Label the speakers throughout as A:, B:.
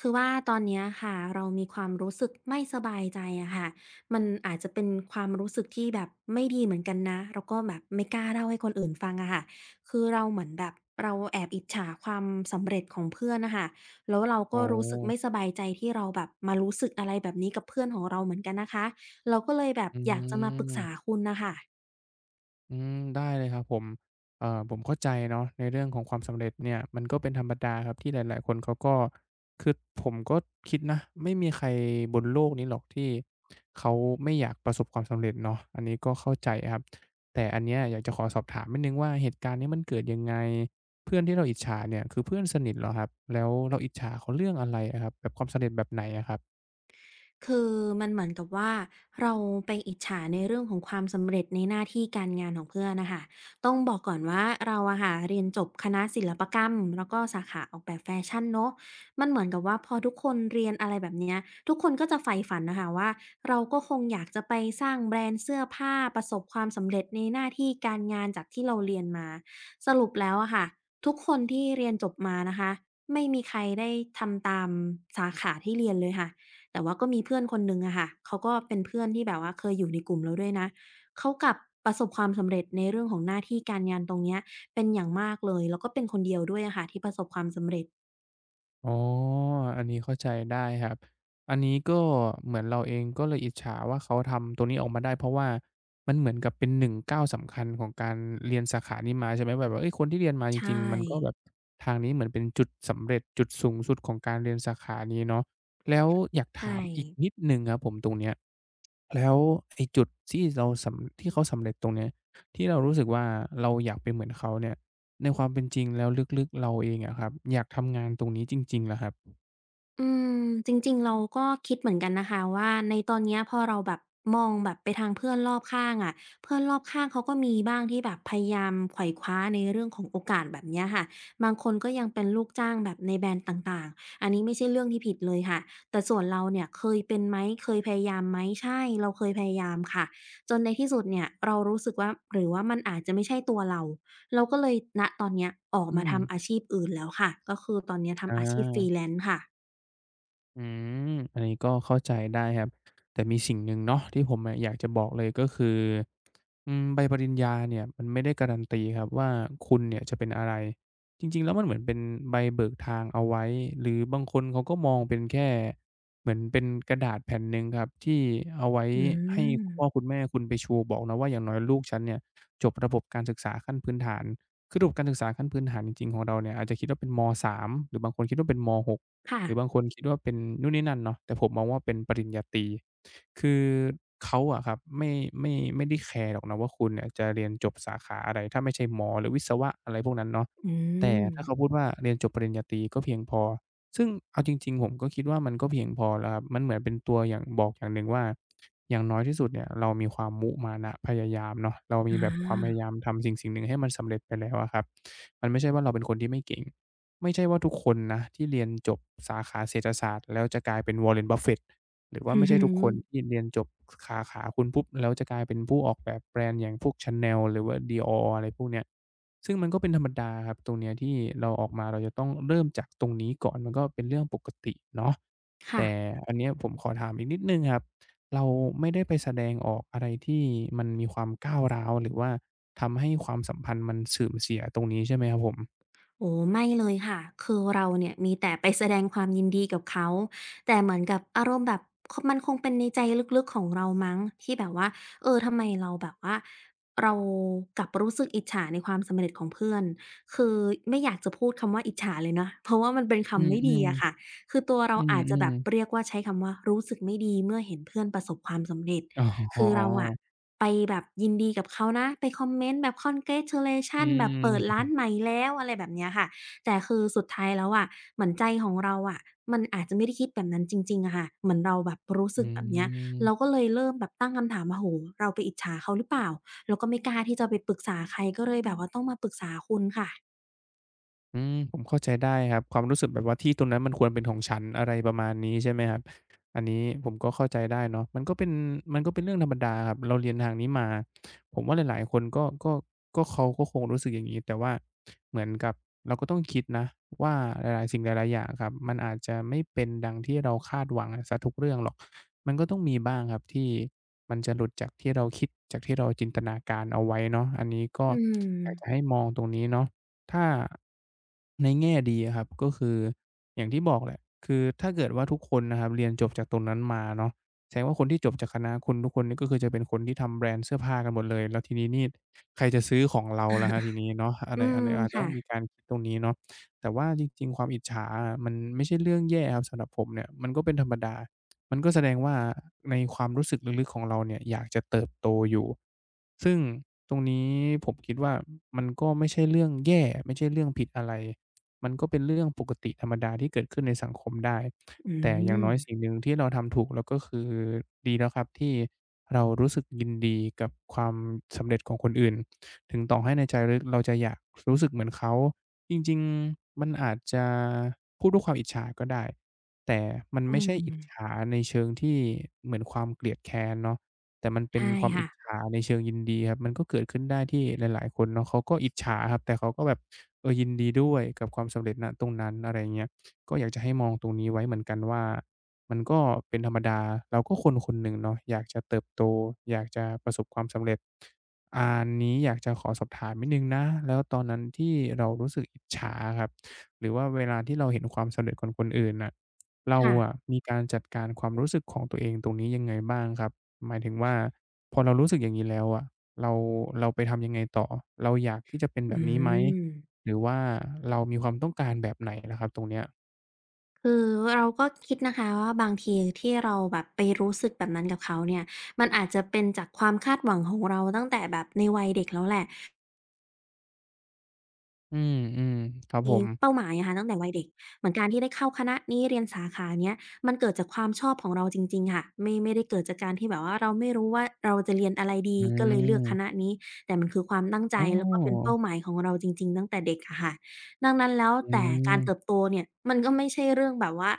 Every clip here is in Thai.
A: คือว่าตอนเนี้ยค่ะเรามีความรู้สึกไม่สบายใจอะค่ะมันอาจจะเป็นความรู้สึกที่แบบไม่ดีเหมือนกันนะแล้วก็แบบไม่กล้าเล่าให้คนอื่นฟังอะค่ะคือเราเหมือนแบบเราแอบอิจฉาความสำเร็จของเพื่อนน่ะค่ะแล้วเรา
B: อ๋
A: ก็
B: อ
A: รู้สึกไม่สบายใจที่เราแบบมารู้สึกอะไรแบบนี้กับเพื่อนของเราเหมือนกันนะคะเราก็เลยแบบ
B: อื
A: อยากจะมาปรึกษา
B: ม
A: คุณน่ะค่ะ
B: อืมได้เลยครับผมผมเข้าใจเนาะในเรื่องของความสำเร็จเนี่ยมันก็เป็นธรรมดาครับที่หลายๆคนเขาก็คือผมก็คิดนะ ไม่มีใครบนโลกนี้หรอกที่เขาไม่อยากประสบความสำเร็จเนาะอันนี้ก็เข้าใจครับ แต่อันเนี้ยอยากจะขอสอบถามนิดหนึ่งว่าเหตุการณ์นี้มันเกิดยังไงเพื่อนที่เราอิจฉาเนี่ยคือเพื่อนสนิทเหรอครับแล้วเราอิจฉาเขาเรื่องอะไรอะครับแบบความสำเร็จแบบไหนอะครับ
A: คือมันเหมือนกับว่าเราไปอิจฉาในเรื่องของความสำเร็จในหน้าที่การงานของเพื่อนน่ะค่ะต้องบอกก่อนว่าเราอะค่ะเรียนจบคณะศิลปกรรมแล้วก็สาขาออกแบบแฟชั่นเนาะมันเหมือนกับว่าพอทุกคนเรียนอะไรแบบเนี้ยทุกคนก็จะใฝ่ฝันน่ะค่ะว่าเราก็คงอยากจะไปสร้างแบรนด์เสื้อผ้าประสบความสำเร็จในหน้าที่การงานจากที่เราเรียนมาสรุปแล้วอะค่ะทุกคนที่เรียนจบมานะคะไม่มีใครได้ทำตามสาขาที่เรียนเลยค่ะ แต่ว่าก็มีเพื่อนคนหนึ่งอะค่ะเขาก็เป็นเพื่อนที่แบบว่าเคยอยู่ในกลุ่มเราด้วยนะ เขากลับประสบความสำเร็จในเรื่องของหน้าที่การงานตรงเนี้ยเป็นอย่างมากเลย แล้วก็เป็นคนเดียวด้วยอะค่ะที่ประสบความสำเร็จ
B: อ๋ออันนี้เข้าใจได้ครับ อันนี้ก็เหมือนเราเองก็เลยอิจฉาว่าเขาทำตัวนี้ออกมาได้เพราะว่ามันเหมือนกับเป็นหนึ่งก้าวสำคัญของการเรียนสาขานี้มาใช่ไหมแบบว่าเฮ้ยคนที่เรียนมาจ
A: ใช
B: ริงๆมันก็แบ
A: ่
B: บทางนี้เหมือนเป็นจุดสำเร็จจุดสูงสุดของการเรียนสาขานี้เนาะแล้วอยาก
A: ใช่
B: ถามอีกนิดหนึ่งครับผมตรงเนี้ยแล้วไอ้จุดที่เราสำที่เขาสำเร็จตรงเนี้ยที่เรารู้สึกว่าเราอยากเป็นเหมือนเขาเนี่ย ในความเป็นจริงแล้วลึกๆเราเองอะครับอยากทำงานตรงนี้จริงๆเหรอครับ
A: อืมจริงๆเราก็คิดเหมือนกันนะคะว่าในตอนเนี้ยพอเราแบบมองแบบไปทางเพื่อนรอบข้างอะเพื่อนรอบข้างเขาก็มีบ้างที่แบบพยายามไขว่คว้าในเรื่องของโอกาสแบบเนี้ยค่ะบางคนก็ยังเป็นลูกจ้างแบบในแบรนด์ต่างๆอันนี้ไม่ใช่เรื่องที่ผิดเลยค่ะแต่ส่วนเราเนี่ยเคยเป็นไหมเคยพยายามไหมใช่เราเคยพยายามค่ะจนในที่สุดเนี่ยเรารู้สึกว่าหรือว่ามันอาจจะไม่ใช่ตัวเราเราก็เลยณตอนเนี้ยออก
B: อื
A: มา
B: ม
A: ทำอาชีพอื่นแล้วค่ะก็คือตอนเนี้ย
B: อ
A: ทำอาชีพ
B: า
A: Freelance ค่ะ
B: อืมอันนี้ก็เข้าใจได้ครับแต่มีสิ่งหนึ่งเนาะที่ผมอะอยากจะบอกเลยก็คืออืมใบปริญญาเนี่ยมันไม่ได้การันตีครับว่าคุณเนี่ยจะเป็นอะไรจริงๆแล้วมันเหมือนเป็นใบเบิกทางเอาไว้หรือบางคนเขาก็มองเป็นแค่เหมือนเป็นกระดาษแผ่นหนึ่งครับที่เอาไว้
A: อื
B: ให้
A: ม
B: คุณพ่อคุณแม่คุณไปชูบอกนะว่าอย่างน้อยลูกฉันเนี่ยจบระบบการศึกษาขั้นพื้นฐานคือระบบการศึกษาขั้นพื้นฐานจริงๆของเราเนี่ยอาจจะคิดว่าเป็นมสามหรือบางคนคิดว่าเป็นมหก
A: ค่ะ
B: หรือบางคนคิดว่าเป็นนู่นนี่นั่นเนาะแต่ผมมองว่าเป็นปริญญาตรีคือเขาอะครับไม่ได้แคร์หรอกนะว่าคุณเนี่ยจะเรียนจบสาขาอะไรถ้าไม่ใช่หมอหรือวิศวะอะไรพวกนั้นเนาะ
A: อื
B: แต่
A: ม
B: ถ้าเขาพูดว่าเรียนจบปริญญาตรีก็เพียงพอซึ่งเอาจริงๆผมก็คิดว่ามันก็เพียงพอแล้วครับมันเหมือนเป็นตัวอย่างบอกอย่างหนึ่งว่าอย่างน้อยที่สุดเนี่ยเรามีความมุมานะพยายามเนาะเรา
A: อ
B: มีแบบความพ
A: า
B: ยายามทำสิ่งๆหนึ่งให้มันสำเร็จไปแล้วอะครับมันไม่ใช่ว่าเราเป็นคนที่ไม่เก่ง ไม่ใช่ว่าทุกคนนะที่เรียนจบสาขาเศรษฐศาสตร์แล้วจะกลายเป็น Warren Buffett หรือ ว่า
A: อือ
B: ไม่ใช่
A: ฮึ
B: ทุกคนที่เรียนจบสาขาคุณปุ๊บแล้วจะกลายเป็นผู้ออกแบบแบรนด์อย่างพวก Chanel หรือว่า Dior อะไรพวกเนี้ยซึ่งมันก็เป็นธรรมดาครับตรงเนี้ยที่เราออกมาเราจะต้องเริ่มจากตรงนี้ก่อนมันก็เป็นเรื่องปกติเนาะ
A: ค่ะ
B: แต่อันเนี้ยผมขอถามอีกนิดหนึ่งครับเราไม่ได้ไปแสดงออกอะไรที่มันมีความก้าวร้าวหรือว่าทำให้ความสัมพันธ์มันเสื่อมเสียตรงนี้ใช่ไหมครับผม
A: โอ้โฮไม่เลยค่ะคือเราเนี่ยมีแต่ไปแสดงความยินดีกับเขาแต่เหมือนกับอารมณ์แบบคมันคงเป็นในใจลึกๆของเรามั้งที่แบบว่าเออทำไมเราแบบว่าเรากลับรู้สึกอิจฉาในความสำเร็จของเพื่อนคือไม่อยากจะพูดคำว่าอิจฉาเลยนะ เพราะว่ามันเป็น
B: อื
A: คำไม่ดี
B: ม
A: อะค่ะ
B: ๆ
A: คือตัวเรา
B: อื
A: อาจจะแบ
B: ม
A: บเรี
B: ๆ
A: ยกว่าใช้คำว่ารู้สึกไม่ดีเมื่อเห็นเพื่อนประสบความสำเร็จ
B: อ๋
A: คือเรา
B: อ
A: อะไปแบบยินดีกับเขานะไปคอมเมนต์แบบ
B: อื
A: congratulation แบบเปิดร้าน
B: ม
A: ใหม่แล้วอะไรแบบเนี้ยค่ะแต่คือสุดท้ายแล้วอะเหมือนใจของเราอะมันอาจจะไม่ได้คิดแบบนั้นจริงๆอะค่ะเหมือนเราแบบรู้สึ
B: อื
A: กแบบเนี้ยเรา
B: ม
A: ก็เลยเริ่มแบบตั้งคำถามว่าโอ้โฮเราไปอิจฉาเขาหรือเปล่าเราก็ไม่กล้าที่จะไปปรึกษาใครก็เลยแบบว่าต้องมาปรึกษาคุณค่ะ
B: อืมผมเข้าใจได้ครับความรู้สึกแบบว่าที่ตรงนั้นมันควรเป็นของฉันอะไรประมาณนี้ใช่ไหมครับอันนี้ผมก็เข้าใจได้เนาะมันก็เป็นมันก็เป็นเรื่องธรรมดาครับเราเรียนทางนี้มาผมว่าหลายๆคนก็เขาก็คงรู้สึกอย่างงี้แต่ว่าเหมือนกับเราก็ต้องคิดนะว่าหลายๆสิ่งหลายๆอย่างครับมันอาจจะไม่เป็นดังที่เราคาดหวังอะเสียทุกเรื่องหรอกมันก็ต้องมีบ้างครับที่มันจะหลุดจากที่เราคิดจากที่เราจินตนาการเอาไว้เนาะอันนี้ก็
A: อืม
B: อยากจะให้มองตรงนี้เนาะ ถ้าในแง่ดีอะครับก็คืออย่างที่บอกแหละคือถ้าเกิดว่าทุกคนนะครับเรียนจบจากตรงนั้นมาเนาะแสดงว่าคนที่จบจากคณะคุณทุกคนนี่ก็คือจะเป็นคนที่ทำแบรนด์เสื้อผ้ากันหมดเลยแล้วทีนี้นี่ใครจะซื้อของเราล่ะครับทีนี้เนาะอะ
A: อื
B: ไรอัน
A: ม
B: นี้อาจจะ
A: ค่ะ
B: ต้องมีการคิดตรงนี้เนาะแต่ว่าจริงๆความอิจฉาอะมันไม่ใช่เรื่องแย่ครับสำหรับผมเนี่ยมันก็เป็นธรรมดามันก็แสดงว่าในความรู้สึกลึกๆของเราเนี่ยอยากจะเติบโตอยู่ซึ่งตรงนี้ผมคิดว่า มันก็ไม่ใช่เรื่องแย่ไม่ใช่เรื่องผิดอะไร มันก็เป็นเรื่องปกติธรรมดาที่เกิดขึ้นในสังคมได้
A: อื
B: แต่อย่าง
A: ม
B: น้อยสิ่งหนึ่งที่เราทำถูกแล้วก็คือดีแล้วครับที่เรารู้สึกยินดีกับความสำเร็จของคนอื่นถึงต่อให้ในใจลึกเราจะอยากรู้สึกเหมือนเขาจริงๆมันอาจจะพูดด้วยความอิจฉาก็ได้แต่มัน
A: อื
B: ไม่ใช่อิจ
A: ม
B: ฉาในเชิงที่เหมือนความเกลียดแค้นเนาะ แต่มันเป็น
A: ใช่
B: ความอิ
A: ค่ะ
B: จฉาในเชิงยินดีครับมันก็เกิดขึ้นได้ที่หลายๆคนเนาะเขาก็อิจฉาครับแต่เขาก็แบบเออยินดีด้วยกับความสำเร็จณตรงนั้นอะไรอย่างเงี้ยก็อยากจะให้มองตรงนี้ไว้เหมือนกันว่ามันก็เป็นธรรมดาเราก็คนคนหนึ่งเนาะอยากจะเติบโตอยากจะประสบความสำเร็จอ่านี้อยากจะขอสอบถามนิดหนึ่งนะแล้วตอนนั้นที่เรารู้สึกอิจฉาอะครับหรือว่าเวลาที่เราเห็นความสำเร็จของคนอื่นน่ะเรา
A: ค่ะ
B: อะมีการจัดการความรู้สึกของตัวเองตรงนี้ยังไงบ้างครับ หมายถึงว่าพอเรารู้สึกอย่างงี้แล้วอะเราเราไปทำยังไงต่อเราอยากที่จะเป็นแบ
A: อื
B: บนี้ไหม
A: ม
B: หรือว่าเรามีความต้องการแบบไหนล่ะครับตรงเนี้ย
A: คือเราก็คิดนะคะว่าบางทีที่เราแบบไปรู้สึกแบบนั้นกับเขาเนี่ยมันอาจจะเป็นจากความคาดหวังของเราตั้งแต่แบบในวัยเด็กแล้วแหละ
B: อืมๆครับผ
A: มี
B: ม
A: เป้าหมายอะค่ะตั้งแต่วัยเด็กเหมือนการที่ได้เข้าคณะนี้เรียนสาขาเนี้ยมันเกิดจากความชอบของเราจริงๆค่ะไม่ไม่ได้เกิดจากการที่แบบว่าเราไม่รู้ว่าเราจะเรียนอะไรดี
B: อื
A: ก็เลยเลือกคณะ
B: ม
A: นี้แต่มันคือความตั้งใจ
B: อ๋อ
A: แล้วก็เป็นเป้าหมายของเราจริงๆตั้งแต่เด็กอะค่ะดังนั้นแล้ว
B: อื
A: แต่การเติบ
B: ม
A: โตเนี่ยมันก็ไม่ใช่เรื่องแบบว่า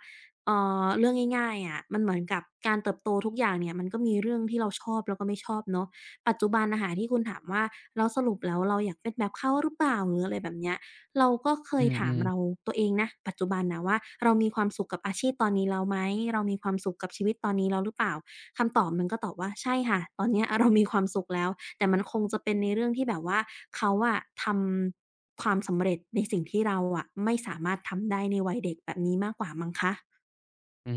A: เอ่เรื่องง่ายๆอะมันเหมือนกับการเติบโตทุกอย่างเนี่ยมันก็มีเรื่องที่เราชอบแล้วก็ไม่ชอบเนาะปัจจุบันน่ะค่ะที่คุณถามว่าแล้วสรุปแล้วเราอยากเป็นแบบเขาหรือเปล่าหรืออะไรแบบเนี้ย เราก็เค
B: อื
A: ยถาม
B: ม
A: เรา
B: ๆ
A: ตัวเองนะปัจจุบันนะว่าเรามีความสุขกับอาชีพตอนนี้แล้วไหมเรามีความสุขกับชีวิตตอนนี้แล้วหรือเปล่าคำตอบมันก็ตอบว่าใช่ค่ะตอนเนี้ยเรามีความสุขแล้วแต่มันคงจะเป็นในเรื่องที่แบบว่าเขาอะทำความสำเร็จในสิ่งที่เราอะไม่สามารถทำได้ในวัยเด็กแบบนี้มากกว่ามั้งคะ
B: อื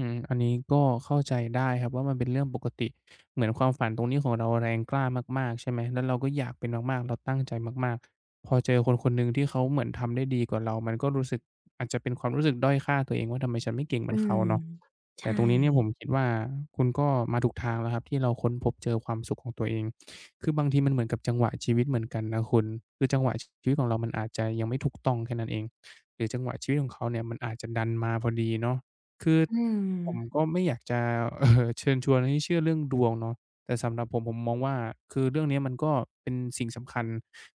B: มอันนี้ก็เข้าใจได้ครับว่ามันเป็นเรื่องปกติเหมือนความฝันตรงนี้ของเราแรงกล้ามากๆใช่ไหมแล้วเราก็อยากเป็นมากๆเราตั้งใจมากๆพอเจอคนคนหนึ่งที่เขาเหมือนทำได้ดีกว่าเรามันก็รู้สึกอาจจะเป็นความรู้สึกด้อยค่าตัวเองว่าทำไมฉันไม่เก่งเหมื
A: อื
B: อนเขา
A: ม
B: เนาะแต่
A: ใช่
B: ตรงนี้เนี่ยผมคิดว่าคุณก็มาถูกทางแล้วครับที่เราค้นพบเจอความสุขของตัวเองคือบางทีมันเหมือนกับจังหวะชีวิตเหมือนกันนะคุณคือจังหวะชีวิตของเรามันอาจจะยังไม่ถูกต้องแค่นั้นเองหรือจังหวะชีวิตของเขาเนี่ยมันอาจจะดันมาพอดีเนาะ คือ
A: อืม
B: ผมก็ไม่อยากจะ เชิญชวนให้เชื่อเรื่องดวงเนาะแต่สำหรับผมมองว่าคือเรื่องเนี้ยมันก็เป็นสิ่งสำคัญ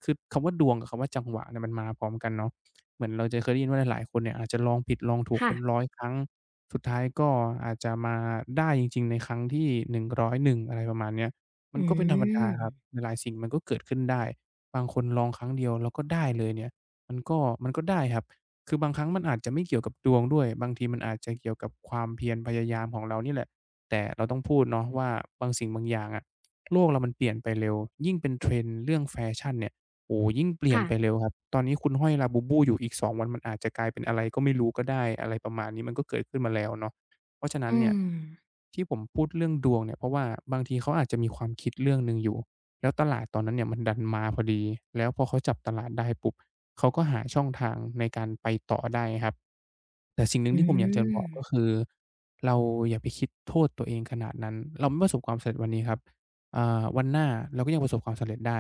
B: คือคำว่าดวงกับคำว่าจังหวะเนี่ยมันมาพร้อมกันเนาะเหมือนเราจะเคยได้ยินว่าหลายๆคนเนี่ยอาจจะลองผิดลองถูก
A: ค่ะ
B: เป็นร้อยครั้งสุดท้ายก็อาจจะมาได้จริงๆในครั้งที่101อยหนึ่งอะไรประมาณเนี้ยมัน
A: อื
B: ก็เป็นธรรมดาครับ
A: ม
B: หลายๆสิ่งมันก็เกิดขึ้นได้บางคนลองครั้งเดียวแล้วก็ได้เลยเนี่ยมันก็มันก็ได้ครับ คือบางครั้งมันอาจจะไม่เกี่ยวกับดวงด้วยบางทีมันอาจจะเกี่ยวกับความเพียรพยายามของเรานี่แหละแต่เราต้องพูดเนาะว่าบางสิ่งบางอย่างอะโลกเรามันเปลี่ยนไปเร็วยิ่งเป็น trend เรื่องแฟชั่นเนี่ยโอ้โฮยิ่งเปลี่ยน
A: ค่ะ
B: ไปเร็วครับตอนนี้คุณห้อยลาบ u บ u อยู่อีก2วันมันอาจจะกลายเป็นอะไรก็ไม่รู้ก็ได้อะไรประมาณนี้มันก็เกิดขึ้นมาแล้วเนาะเพราะฉะนั้น
A: อื
B: เนี่ย
A: ม
B: ที่ผมพูดเรื่องดวงเนี่ยเพราะว่าบางทีเขาอาจจะมีความคิดเรื่องหนึ่งอยู่แล้วตลาดตอนนั้นเนี่ยมันดันมาพอดีแล้วพอเขาจับตลาดได้ปุ๊บ เขาก็หาช่องทางในการไปต่อได้ครับแต่สิ่งหนึ่ง
A: อื
B: ที่ผมอยากจะบ
A: ม
B: อกก็คือเราอย่าไปคิดโทษตัวเองขนาดนั้นเราไม่ประสบความสำเร็จวันนี้ครับอ่าวันหน้าเราก็ยังประสบความสำเร็จได้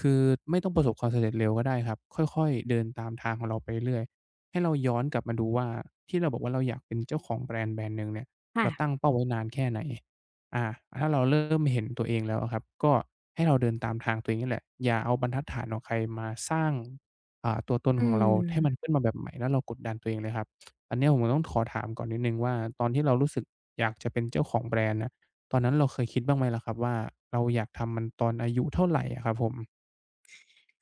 B: คือไม่ต้องประสบความสำเร็จเร็วก็ได้ครับค่อยๆเดินตามทางของเราไปเรื่อยให้เราย้อนกลับมาดูว่าที่เราบอกว่าเราอยากเป็นเจ้าของแบรนด์หนึ่งเนี่ยเราตั้
A: ค่ะ
B: งเป้าไว้นานแค่ไหนอาถ้าเราเริ่มเห็นตัวเองแล้วอะครับก็ให้เราเดินตามทางตัวเองนี่แหละอย่าเอาบรรทัดฐานของใครมาสร้าง อ่าตัวตน
A: อื
B: ของเราให้มัน
A: ม
B: ขึ้นมาแบบใหม่แล้วเรากดดันตัวเองเลยครับอันเนี้ยผมต้องขอถามก่อนนิดหนึ่งว่าตอนที่เรารู้สึกอยากจะเป็นเจ้าของแบรนด์น่ะตอนนั้นเราเคยคิดบ้างไหมล่ะครับว่าเราอยากทำมันตอนอายุเท่าไรอะครับผม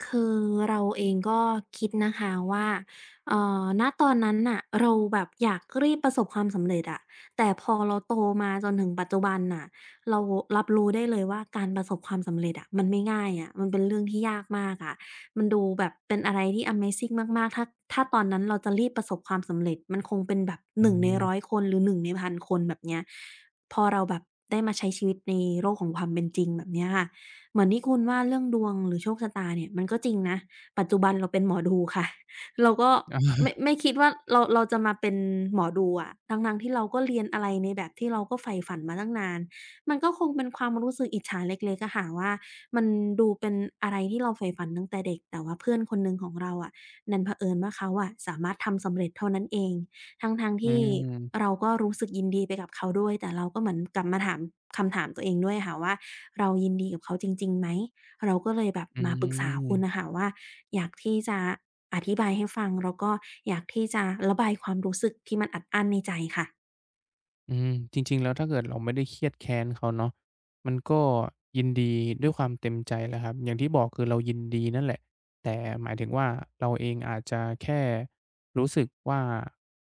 A: คือเราเองก็คิดนะคะว่าณตอนนั้นน่ะเราแบบอยากรีบประสบความสำเร็จอะแต่พอเราโตมาจนถึงปัจจุบันน่ะเรารับรู้ได้เลยว่าการประสบความสำเร็จอะมันไม่ง่ายอะมันเป็นเรื่องที่ยากมากอะมันดูแบบเป็นอะไรที่ Amazing มากๆถ้าตอนนั้นเราจะรีบประสบความสำเร็จมันคงเป็นแบบห
B: อื
A: นึ่งใน
B: ม
A: ร้อยคนหรือหนึ่งในพันคนแบบเนี้ยพอเราแบบได้มาใช้ชีวิตในโลกของความเป็นจริงแบบเนี้ยค่ะ เหมือนที่คุณว่าเรื่องดวงหรือโชคชะตาเนี่ยมันก็จริงนะปัจจุบันเราเป็นหมอดูค่ะ เราก็
B: อา
A: ไม่คิดว่าเราจะมาเป็นหมอดูอะทั้งๆที่เราก็เรียนอะไรในแบบที่เราก็ใฝ่ฝันมาตั้งนานมันก็คงเป็นความรู้สึกอิจฉาเล็กๆอะค่ะว่ามันดูเป็นอะไรที่เราใฝ่ฝันตั้งแต่เด็กแต่ว่าเพื่อนคนหนึ่งของเราอะดันเผอิญว่าเขาอะสามารถทำสำเร็จเท่านั้นเองทั้งๆ
B: อื
A: ที่
B: ม
A: เราก็รู้สึกยินดีไปกับเขาด้วยแต่เราก็เหมือนกลับมาถามคำถามตัวเองด้วยค่ะว่า เรายินดีกับเขาจริงๆไหมเราก็เลยแบบ
B: อื
A: มาปรึกษาคุณน่ะ
B: ม
A: ค่ะว่าอยากที่จะอธิบายให้ฟังแล้วก็อยากที่จะระบายความรู้สึกที่มันอัดอั้นในใจค่ะ
B: อืมจริงๆแล้วถ้าเกิดเราไม่ได้เครียดแค้นเขาเนาะมันก็ยินดีด้วยความเต็มใจแหละครับอย่างที่บอกคือเรายินดีนั่นแหละแต่หมายถึงว่าเราเองอาจจะแค่รู้สึกว่า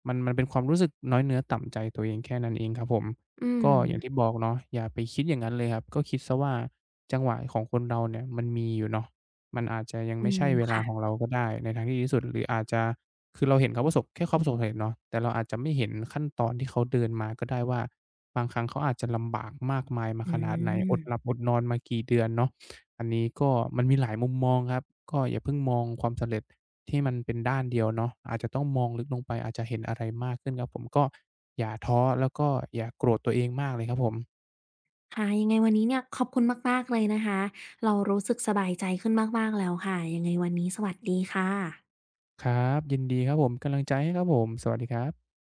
B: มันเป็นความรู้สึกน้อยเนื้อต่ำใจตัวเองแค่นั้นเองครับผม
A: อื
B: ก็อย่างที่
A: ม
B: บอกเนาะอย่าไปคิดอย่างนั้นเลยครับก็คิดเสียว่าจังหวะของคนเราเนี่ยมันมีอยู่เนาะ มันอาจจะยัง
A: อื
B: ไม่
A: ม
B: ใช่เวลาของ
A: ค่ะ
B: เราก็ได้ในทางที่ดีที่สุดหรืออาจจะคือเราเห็นเขาประสบแค่เขาประสบความสำเร็จเนาะแต่เราอาจจะไม่เห็นขั้นตอนที่เขาเดินมาก็ได้ว่าบางครั้งเขาอาจจะลำบากมากมายมา
A: อื
B: ขนาดไหนอ
A: ม
B: ดหลับอดนอนมากี่เดือนเนาะอันนี้ก็มันมีหลายมุมมองครับก็อย่าเพิ่งมองความสำเร็จที่มันเป็นด้านเดียวเนาะอาจจะต้องมองลึกลงไปอาจจะเห็นอะไรมากขึ้นครับผมก็อย่าท้อแล้วก็อย่าโกรธตัวเองมากเลยครับผม
A: ค่ะยังไงวันนี้เนี่ยขอบคุณมากๆเลยนะคะเรารู้สึกสบายใจขึ้นมากๆแล้วค่ะยังไงวันนี้สวัสดีค่ะ
B: ครับยินดีครับผมกำลังใจให้ครับผมสวัสดีครับ